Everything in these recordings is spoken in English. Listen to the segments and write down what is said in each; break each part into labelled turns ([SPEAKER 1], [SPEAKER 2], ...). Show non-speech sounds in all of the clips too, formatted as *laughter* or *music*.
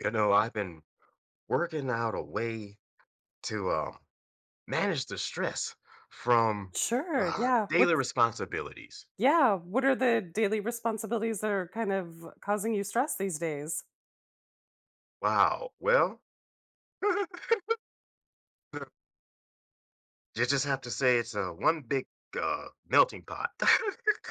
[SPEAKER 1] I've been working out a way to manage the stress from
[SPEAKER 2] Sure. Yeah.
[SPEAKER 1] daily
[SPEAKER 2] What's
[SPEAKER 1] responsibilities.
[SPEAKER 2] yeah, what are the daily responsibilities that are kind of causing you stress these days?
[SPEAKER 1] Wow. Well, *laughs* you just have to say it's a one big melting pot.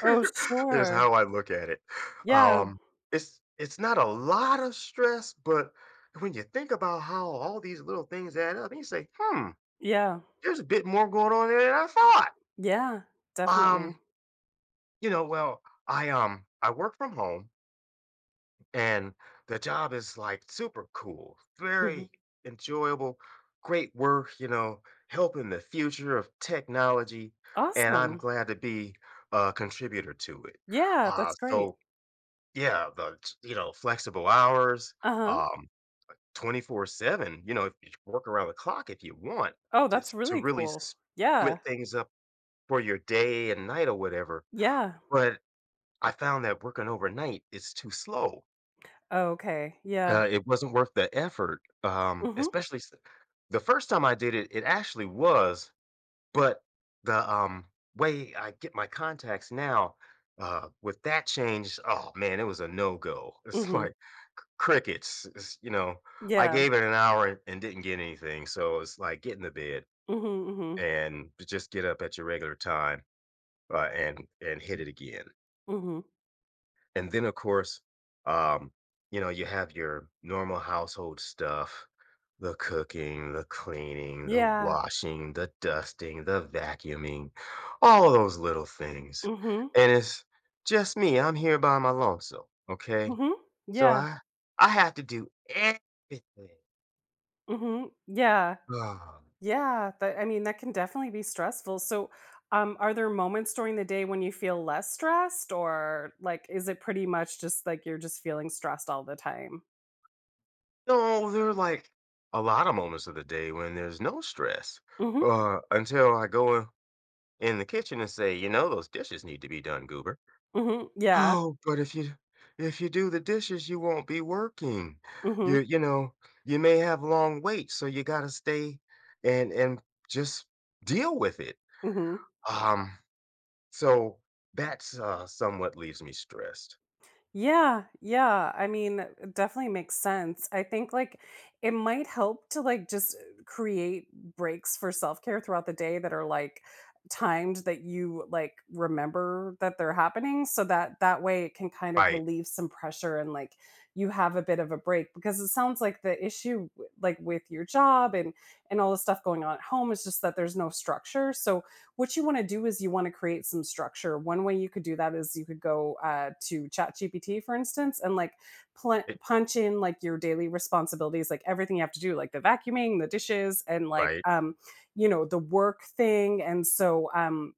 [SPEAKER 2] Oh,
[SPEAKER 1] is
[SPEAKER 2] sure.
[SPEAKER 1] how I look at it.
[SPEAKER 2] Yeah.
[SPEAKER 1] Um, it's not a lot of stress, but when you think about how all these little things add up, you say, "Hmm,
[SPEAKER 2] Yeah.
[SPEAKER 1] there's a bit more going on there than I thought."
[SPEAKER 2] Yeah,
[SPEAKER 1] Um,
[SPEAKER 2] definitely.
[SPEAKER 1] you know, well, I work from home and the job is like super cool,
[SPEAKER 2] Mhm.
[SPEAKER 1] very enjoyable, great work, helping the future of technology. And I'm
[SPEAKER 2] Awesome.
[SPEAKER 1] glad to be a contributor to it.
[SPEAKER 2] Yeah,
[SPEAKER 1] Uh,
[SPEAKER 2] that's great.
[SPEAKER 1] so, yeah, the, t- you know, flexible hours,
[SPEAKER 2] Uh-huh.
[SPEAKER 1] um, 24/7, you know, if you work around the clock if you want,
[SPEAKER 2] Oh,
[SPEAKER 1] just
[SPEAKER 2] that's
[SPEAKER 1] to
[SPEAKER 2] really
[SPEAKER 1] really
[SPEAKER 2] cool. Yeah.
[SPEAKER 1] split things up for your day and night or whatever.
[SPEAKER 2] Yeah.
[SPEAKER 1] But I found that working overnight is too slow.
[SPEAKER 2] Oh, okay. Yeah.
[SPEAKER 1] It wasn't worth the effort,
[SPEAKER 2] Mhm.
[SPEAKER 1] especially s the first time I did it, it actually was, but the, um, way I get my contacts now, with that change, oh, man, it was a no-go. *laughs* It's
[SPEAKER 2] Mhm.
[SPEAKER 1] like c crickets. I
[SPEAKER 2] Yeah.
[SPEAKER 1] gave it an hour and didn't get anything, so it's like, get in the bed
[SPEAKER 2] Mhm. Mhm.
[SPEAKER 1] and just get up at your regular time, and hit it again
[SPEAKER 2] Mhm.
[SPEAKER 1] and then of course um you have your normal household stuff, the cooking, the cleaning, the
[SPEAKER 2] Yeah.
[SPEAKER 1] washing, the dusting, the vacuuming, all those little things.
[SPEAKER 2] Mhm.
[SPEAKER 1] And it's just me, I'm here by my lonesome, okay,
[SPEAKER 2] Mhm.
[SPEAKER 1] so
[SPEAKER 2] Yeah.
[SPEAKER 1] I have to do everything.
[SPEAKER 2] Mhm. Yeah.
[SPEAKER 1] Ah,
[SPEAKER 2] Yeah, that I mean, that can definitely be stressful. So, are there moments during the day when you feel less stressed, or, like, is it pretty much just like you're just feeling stressed all the time?
[SPEAKER 1] no, there are like a lot of moments of the day when there's no stress
[SPEAKER 2] Mm-hmm.
[SPEAKER 1] until I go in the kitchen and say, you know, those dishes need to be done, goober.
[SPEAKER 2] Mm-hmm. Yeah.
[SPEAKER 1] Oh, but if you do the dishes, you won't be working.
[SPEAKER 2] Mm-hmm.
[SPEAKER 1] You you know, you may have long waits, so you gotta stay and just deal with it.
[SPEAKER 2] Mm-hmm.
[SPEAKER 1] Um, so that's somewhat leaves me stressed.
[SPEAKER 2] Yeah, yeah. I mean, it definitely makes sense. I think, like, it might help to, like, just create breaks for self-care throughout the day that are, like, timed, that you, like, remember that they're happening so that way it can kind of
[SPEAKER 1] Right.
[SPEAKER 2] relieve some pressure, and, like, you have a bit of a break, because it sounds like the issue like with your job, and all the stuff going on at home, is just that there's no structure. So what you want to do is you want to create some structure. One way you could do that is you could go to ChatGPT, for instance, and, like,
[SPEAKER 1] It-
[SPEAKER 2] punch in, like, your daily responsibilities, like everything you have to do, like the vacuuming, the dishes, and, like,
[SPEAKER 1] right,
[SPEAKER 2] you know, the work thing. And so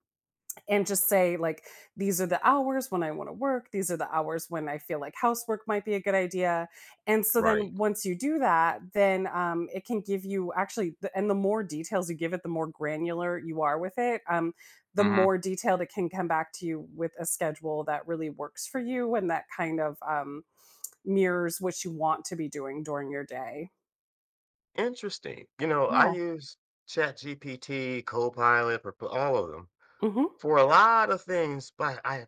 [SPEAKER 2] and just say, like, these are the hours when I want to work, these are the hours when I feel like housework might be a good idea. And so
[SPEAKER 1] right.
[SPEAKER 2] then once you do that, then it can give you, actually, and the more details you give it, the more granular you are with it, the
[SPEAKER 1] Hmm.
[SPEAKER 2] more detailed it can come back to you with a schedule that really works for you, and that kind of mirrors what you want to be doing during your day.
[SPEAKER 1] Interesting. You know, I
[SPEAKER 2] Yeah.
[SPEAKER 1] use ChatGPT, Copilot, Perpl- all of them
[SPEAKER 2] Hmm.
[SPEAKER 1] for a lot of things, but I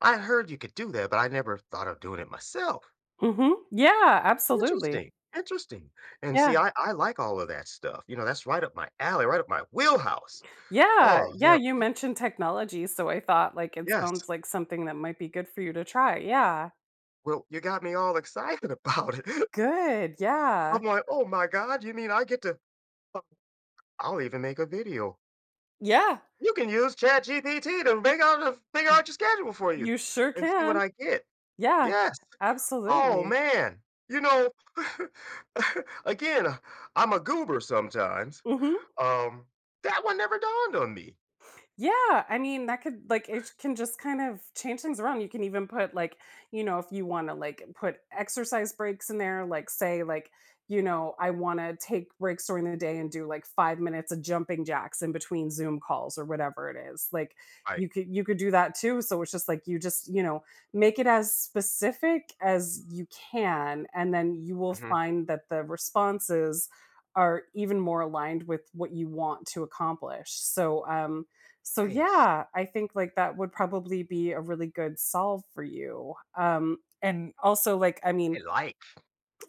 [SPEAKER 1] I heard you could do that, but I never thought of doing it myself.
[SPEAKER 2] Hmm. Yeah, absolutely.
[SPEAKER 1] Interesting, interesting. And see,
[SPEAKER 2] Yeah.
[SPEAKER 1] I like all of that stuff, you know, that's right up my alley, right up my wheelhouse.
[SPEAKER 2] Yeah,
[SPEAKER 1] Oh,
[SPEAKER 2] yeah,
[SPEAKER 1] yeah,
[SPEAKER 2] you mentioned technology, so I thought, like, it
[SPEAKER 1] yes.
[SPEAKER 2] sounds like something that might be good for you to try. Yeah.
[SPEAKER 1] Well, you got me all excited *laughs* about it.
[SPEAKER 2] Good, yeah.
[SPEAKER 1] I'm like, "Oh my god, you mean I get to oh, I'll even make a video.
[SPEAKER 2] Yeah,
[SPEAKER 1] You can use ChatGPT to make out a figure out your schedule for you
[SPEAKER 2] you sure
[SPEAKER 1] and see what
[SPEAKER 2] can.
[SPEAKER 1] I get."
[SPEAKER 2] Yeah,
[SPEAKER 1] Yes. Oh,
[SPEAKER 2] absolutely.
[SPEAKER 1] man. You know, *laughs* again, I'm a goober sometimes.
[SPEAKER 2] Mhm.
[SPEAKER 1] Um, that one never dawned on me.
[SPEAKER 2] Yeah, I mean, that could, like, it can just kind of change things around. You can even put, like, you know, if you want to, like, put exercise breaks in there, like, say like, you know, I want to take breaks during the day and do, like, 5 minutes of jumping jacks in between Zoom calls or whatever it is. Like,
[SPEAKER 1] Right.
[SPEAKER 2] you could do that too. So it's just like, you just, you know, make it as specific as you can, and then you will
[SPEAKER 1] Mhm.
[SPEAKER 2] find that the responses are even more aligned with what you want to accomplish. So
[SPEAKER 1] Ace.
[SPEAKER 2] yeah, I think, like, that would probably be a really good solve for you. And also, like, I mean,
[SPEAKER 1] Hey, like.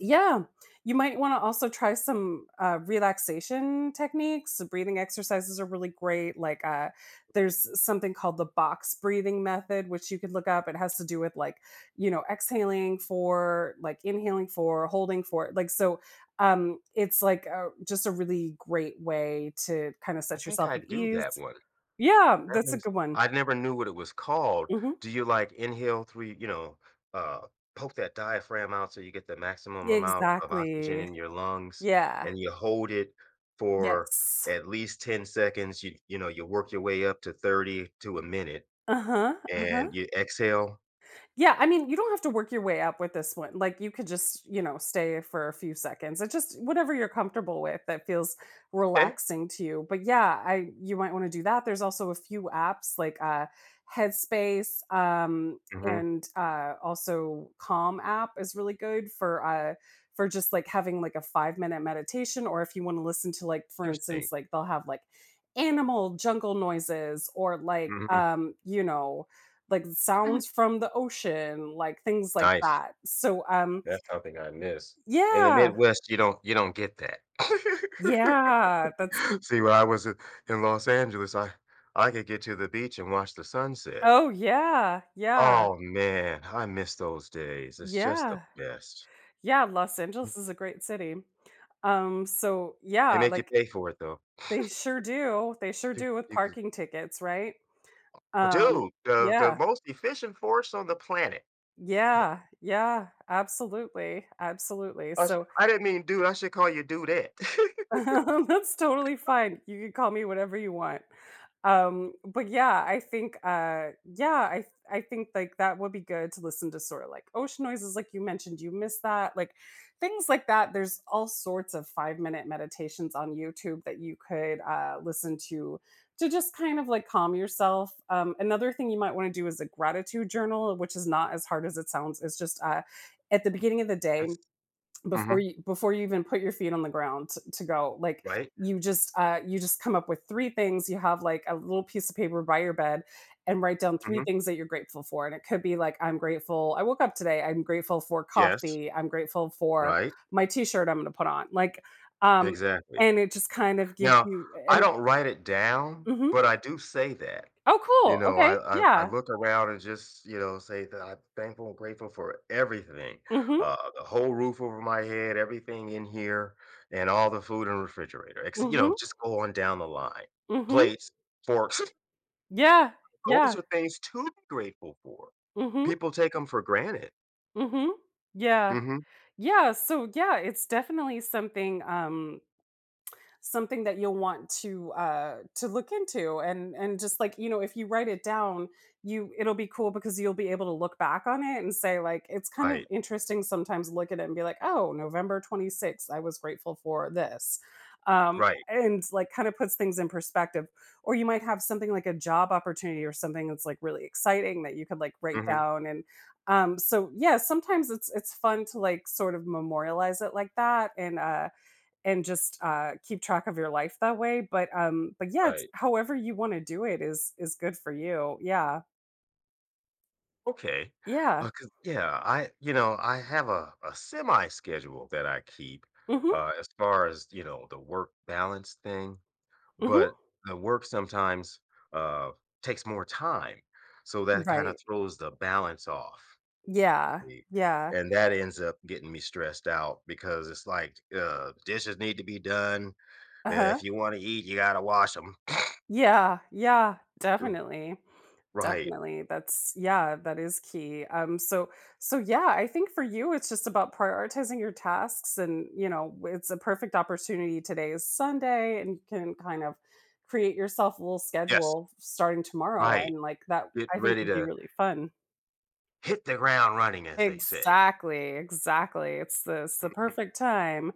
[SPEAKER 2] yeah, you might want to also try some relaxation techniques. So breathing exercises are really great. Like, there's something called the box breathing method, which you could look up. It has to do with, like, you know, exhaling for, like, inhaling for, holding for. Like, so. It's like just a really great way to kind of
[SPEAKER 1] I
[SPEAKER 2] set
[SPEAKER 1] think
[SPEAKER 2] yourself
[SPEAKER 1] I
[SPEAKER 2] at
[SPEAKER 1] do
[SPEAKER 2] ease.
[SPEAKER 1] that one.
[SPEAKER 2] Yeah,
[SPEAKER 1] That
[SPEAKER 2] that's a
[SPEAKER 1] one's
[SPEAKER 2] good one.
[SPEAKER 1] I never knew what it was called.
[SPEAKER 2] Mhm.
[SPEAKER 1] Do you, like, inhale through uh, poke that diaphragm out so you get the maximum amount of oxygen
[SPEAKER 2] Exactly.
[SPEAKER 1] in your lungs,
[SPEAKER 2] Yeah.
[SPEAKER 1] and you hold it for
[SPEAKER 2] Yes.
[SPEAKER 1] at least 10 seconds, you work your way up to 30 to a minute,
[SPEAKER 2] Uh-huh, uh-huh.
[SPEAKER 1] and you exhale?
[SPEAKER 2] Yeah, I mean, you don't have to work your way up with this one. Like, you could just, you know, stay for a few seconds. It's just whatever you're comfortable with, that feels
[SPEAKER 1] Okay.
[SPEAKER 2] relaxing to you. But yeah, I you might want to do that. There's also a few apps, like Headspace,
[SPEAKER 1] Mhm.
[SPEAKER 2] and also Calm app is really good for for just, like, having, like, a 5-minute meditation, or if you want to listen to, like, for
[SPEAKER 1] Interesting.
[SPEAKER 2] instance, like, they'll have, like, animal jungle noises, or, like,
[SPEAKER 1] Mhm.
[SPEAKER 2] you know, like, sounds from the ocean, like things like
[SPEAKER 1] Nice.
[SPEAKER 2] that. So,
[SPEAKER 1] That's something I miss. In the
[SPEAKER 2] yeah,
[SPEAKER 1] Midwest, you don't get that.
[SPEAKER 2] yeah,
[SPEAKER 1] *laughs*
[SPEAKER 2] that's
[SPEAKER 1] *laughs* See, when I was in Los Angeles, I could get to the beach and watch the sunset.
[SPEAKER 2] oh, yeah, yeah,
[SPEAKER 1] Oh, man, I miss those days. It's just the
[SPEAKER 2] yeah,
[SPEAKER 1] best.
[SPEAKER 2] yeah, Los
[SPEAKER 1] Mm,
[SPEAKER 2] Angeles is a great city. So
[SPEAKER 1] they
[SPEAKER 2] yeah,
[SPEAKER 1] make you
[SPEAKER 2] like,
[SPEAKER 1] pay for it, though.
[SPEAKER 2] they sure do, they sure do, with
[SPEAKER 1] You can,
[SPEAKER 2] parking tickets, right?
[SPEAKER 1] well,
[SPEAKER 2] Um,
[SPEAKER 1] dude, the
[SPEAKER 2] yeah,
[SPEAKER 1] most efficient force on the planet.
[SPEAKER 2] yeah, yeah, absolutely, absolutely. So.
[SPEAKER 1] I didn't mean dude. I should call you dudette.
[SPEAKER 2] *laughs*
[SPEAKER 1] *laughs*
[SPEAKER 2] That's totally fine. You can call me whatever you want. But yeah, I think yeah, I think, like, that would be good, to listen to sort of like ocean noises, like you mentioned, you miss that, like things like that. There's all sorts of 5-minute meditations on YouTube that you could listen to just kind of, like, calm yourself. Another thing you might want to do is a gratitude journal, which is not as hard as it sounds. It's just at the
[SPEAKER 1] Oh,
[SPEAKER 2] beginning of the day,
[SPEAKER 1] that's hmm
[SPEAKER 2] before you, even put your feet on the ground, t to go, like,
[SPEAKER 1] right.
[SPEAKER 2] you just come up with 3 things. You have, like, a little piece of paper by your bed, and write down 3
[SPEAKER 1] Hmm.
[SPEAKER 2] things that you're grateful for, and it could be like, "I'm grateful I woke up today, I'm grateful for
[SPEAKER 1] Yes,
[SPEAKER 2] coffee, I'm grateful for
[SPEAKER 1] right.
[SPEAKER 2] my t-shirt I'm gonna put on," like, um,
[SPEAKER 1] Exactly.
[SPEAKER 2] and it just kind of gives
[SPEAKER 1] Now,
[SPEAKER 2] you
[SPEAKER 1] I
[SPEAKER 2] an—
[SPEAKER 1] don't write it down,
[SPEAKER 2] Mhm.
[SPEAKER 1] but I do say that.
[SPEAKER 2] Oh,
[SPEAKER 1] You
[SPEAKER 2] cool,
[SPEAKER 1] know,
[SPEAKER 2] okay,
[SPEAKER 1] I
[SPEAKER 2] yeah.
[SPEAKER 1] look around and just, you know, say that I'm thankful and grateful for everything,
[SPEAKER 2] Mhm,
[SPEAKER 1] the whole roof over my head, everything in here, and all the food in the refrigerator,
[SPEAKER 2] mhm,
[SPEAKER 1] just go on down the line.
[SPEAKER 2] mhm.
[SPEAKER 1] Plates, forks, *laughs*
[SPEAKER 2] Yeah,
[SPEAKER 1] those
[SPEAKER 2] yeah.
[SPEAKER 1] are things to be grateful for.
[SPEAKER 2] Mhm,
[SPEAKER 1] People take them for granted.
[SPEAKER 2] mhm. Yeah.
[SPEAKER 1] Mhm.
[SPEAKER 2] Yeah, so yeah, it's definitely something, something that you'll want to to look into, and just, like, you know, if you write it down, you it'll be cool, because you'll be able to look back on it and say, like, it's kind of
[SPEAKER 1] Right.
[SPEAKER 2] interesting sometimes to look at it and be like, oh, November 26th, I was grateful for this,
[SPEAKER 1] Right.
[SPEAKER 2] and, like, kind of puts things in perspective, or you might have something like a job opportunity or something that's, like, really exciting, that you could, like, write
[SPEAKER 1] Mhm.
[SPEAKER 2] down. And so yeah, sometimes it's fun to, like, sort of memorialize it like that. And and just, keep track of your life that way. But, but yeah, it's
[SPEAKER 1] Right.
[SPEAKER 2] however you wanna do it is good for you. Yeah.
[SPEAKER 1] Okay.
[SPEAKER 2] Yeah.
[SPEAKER 1] 'Cause yeah, I have a semi schedule that I keep,
[SPEAKER 2] Mhm,
[SPEAKER 1] as far as, you know, the work balance thing,
[SPEAKER 2] mhm.
[SPEAKER 1] but the work sometimes, uh, takes more time, so that kinda
[SPEAKER 2] Right.
[SPEAKER 1] throws the balance off,
[SPEAKER 2] Yeah,
[SPEAKER 1] see,
[SPEAKER 2] yeah.
[SPEAKER 1] and that ends up getting me stressed out because it's like, dishes need to be done.
[SPEAKER 2] Uh-huh.
[SPEAKER 1] If you wanna eat, you gotta wash 'em.
[SPEAKER 2] Yeah, yeah,
[SPEAKER 1] *clears throat* R
[SPEAKER 2] definitely.
[SPEAKER 1] Right.
[SPEAKER 2] Definitely, that's yeah, that is key, so, yeah, I think for you, it's just about prioritizing your tasks, and, you know, it's a perfect opportunity, today is Sunday, and you can kind of create yourself a little
[SPEAKER 1] Yes,
[SPEAKER 2] schedule starting tomorrow,
[SPEAKER 1] right.
[SPEAKER 2] and, like, that
[SPEAKER 1] Get
[SPEAKER 2] I think
[SPEAKER 1] ready
[SPEAKER 2] would be
[SPEAKER 1] to
[SPEAKER 2] really fun.
[SPEAKER 1] hit the ground running, as they say.
[SPEAKER 2] Exactly, exactly, it's the
[SPEAKER 1] *laughs*
[SPEAKER 2] perfect time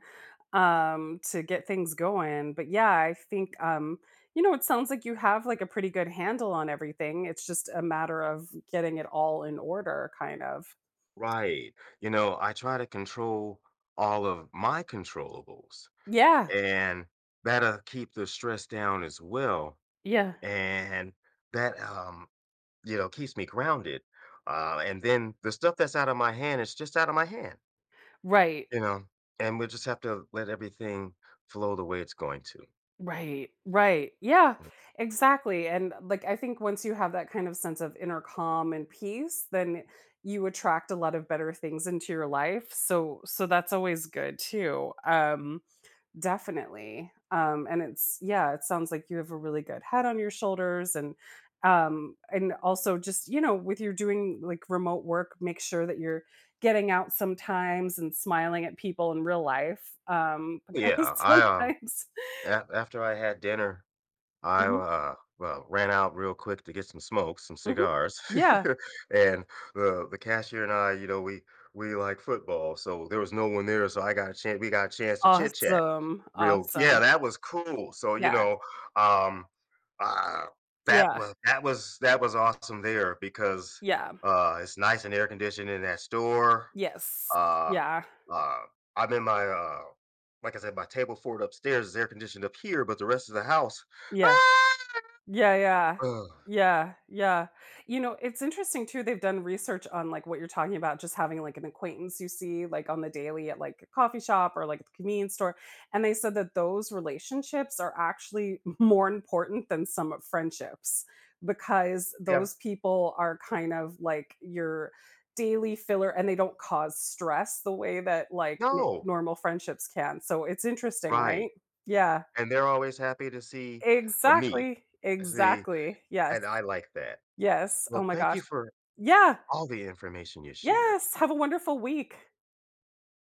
[SPEAKER 2] to get things going. But yeah, I think you know, it sounds like you have, like, a pretty good handle on everything, it's just a matter of getting it all in order, kind of.
[SPEAKER 1] Right. You know, I try to control all of my controllables,
[SPEAKER 2] Yeah.
[SPEAKER 1] and that'll keep the stress down as well.
[SPEAKER 2] Yeah.
[SPEAKER 1] And that, you know, keeps me grounded. And then the stuff that's out of my hand is just out of my hand,
[SPEAKER 2] Right,
[SPEAKER 1] you know, and we just have to let everything flow the way it's going to.
[SPEAKER 2] right. Right. Yeah, exactly. And, like, I think once you have that kind of sense of inner calm and peace, then you attract a lot of better things into your life, so that's always good too. Definitely. And it's Yeah, it sounds like you have a really good head on your shoulders, and and also just, you know, with your doing, like, remote work, make sure that you're getting out sometimes and smiling at people in real life. *laughs* Because
[SPEAKER 1] Yeah.
[SPEAKER 2] sometimes—
[SPEAKER 1] After I had dinner
[SPEAKER 2] Mhm,
[SPEAKER 1] ran out real quick to get some smokes, some
[SPEAKER 2] mhm.
[SPEAKER 1] cigars,
[SPEAKER 2] Yeah.
[SPEAKER 1] *laughs* and the cashier and I, you know, we like football, so there was no one there, so I got a chance. We got a chance to chit chat.
[SPEAKER 2] Awesome.
[SPEAKER 1] Real, yeah,
[SPEAKER 2] Awesome.
[SPEAKER 1] that was cool. So you
[SPEAKER 2] Yeah.
[SPEAKER 1] know, um, uh, that
[SPEAKER 2] Yeah.
[SPEAKER 1] was awesome there because
[SPEAKER 2] Yeah.
[SPEAKER 1] it's nice and air conditioned in that store.
[SPEAKER 2] Yes.
[SPEAKER 1] Uh,
[SPEAKER 2] Yeah.
[SPEAKER 1] uh, I'm in my like I said, my table fort upstairs is air conditioned up here, but the rest of the house.
[SPEAKER 2] Yeah.
[SPEAKER 1] *laughs*
[SPEAKER 2] Yeah, yeah.
[SPEAKER 1] Ugh.
[SPEAKER 2] Yeah, yeah. You know, it's interesting too, they've done research on, like, what you're talking about, just having, like, an acquaintance you see, like, on the daily at, like, a coffee shop or, like, at the convenience store, and they said that those relationships are actually *laughs* more important than some friendships, because
[SPEAKER 1] Yeah.
[SPEAKER 2] those people are kind of like your daily filler, and they don't cause stress the way that, like, n
[SPEAKER 1] No.
[SPEAKER 2] normal friendships can, so it's interesting,
[SPEAKER 1] Right,
[SPEAKER 2] right? Yeah.
[SPEAKER 1] and they're always happy to see, me.
[SPEAKER 2] Exactly,
[SPEAKER 1] See,
[SPEAKER 2] exactly, yes.
[SPEAKER 1] and I like that.
[SPEAKER 2] Yes, oh
[SPEAKER 1] Well,
[SPEAKER 2] my
[SPEAKER 1] thank
[SPEAKER 2] gosh.
[SPEAKER 1] you for
[SPEAKER 2] Yeah,
[SPEAKER 1] all the information you shared.
[SPEAKER 2] yes, have a wonderful week.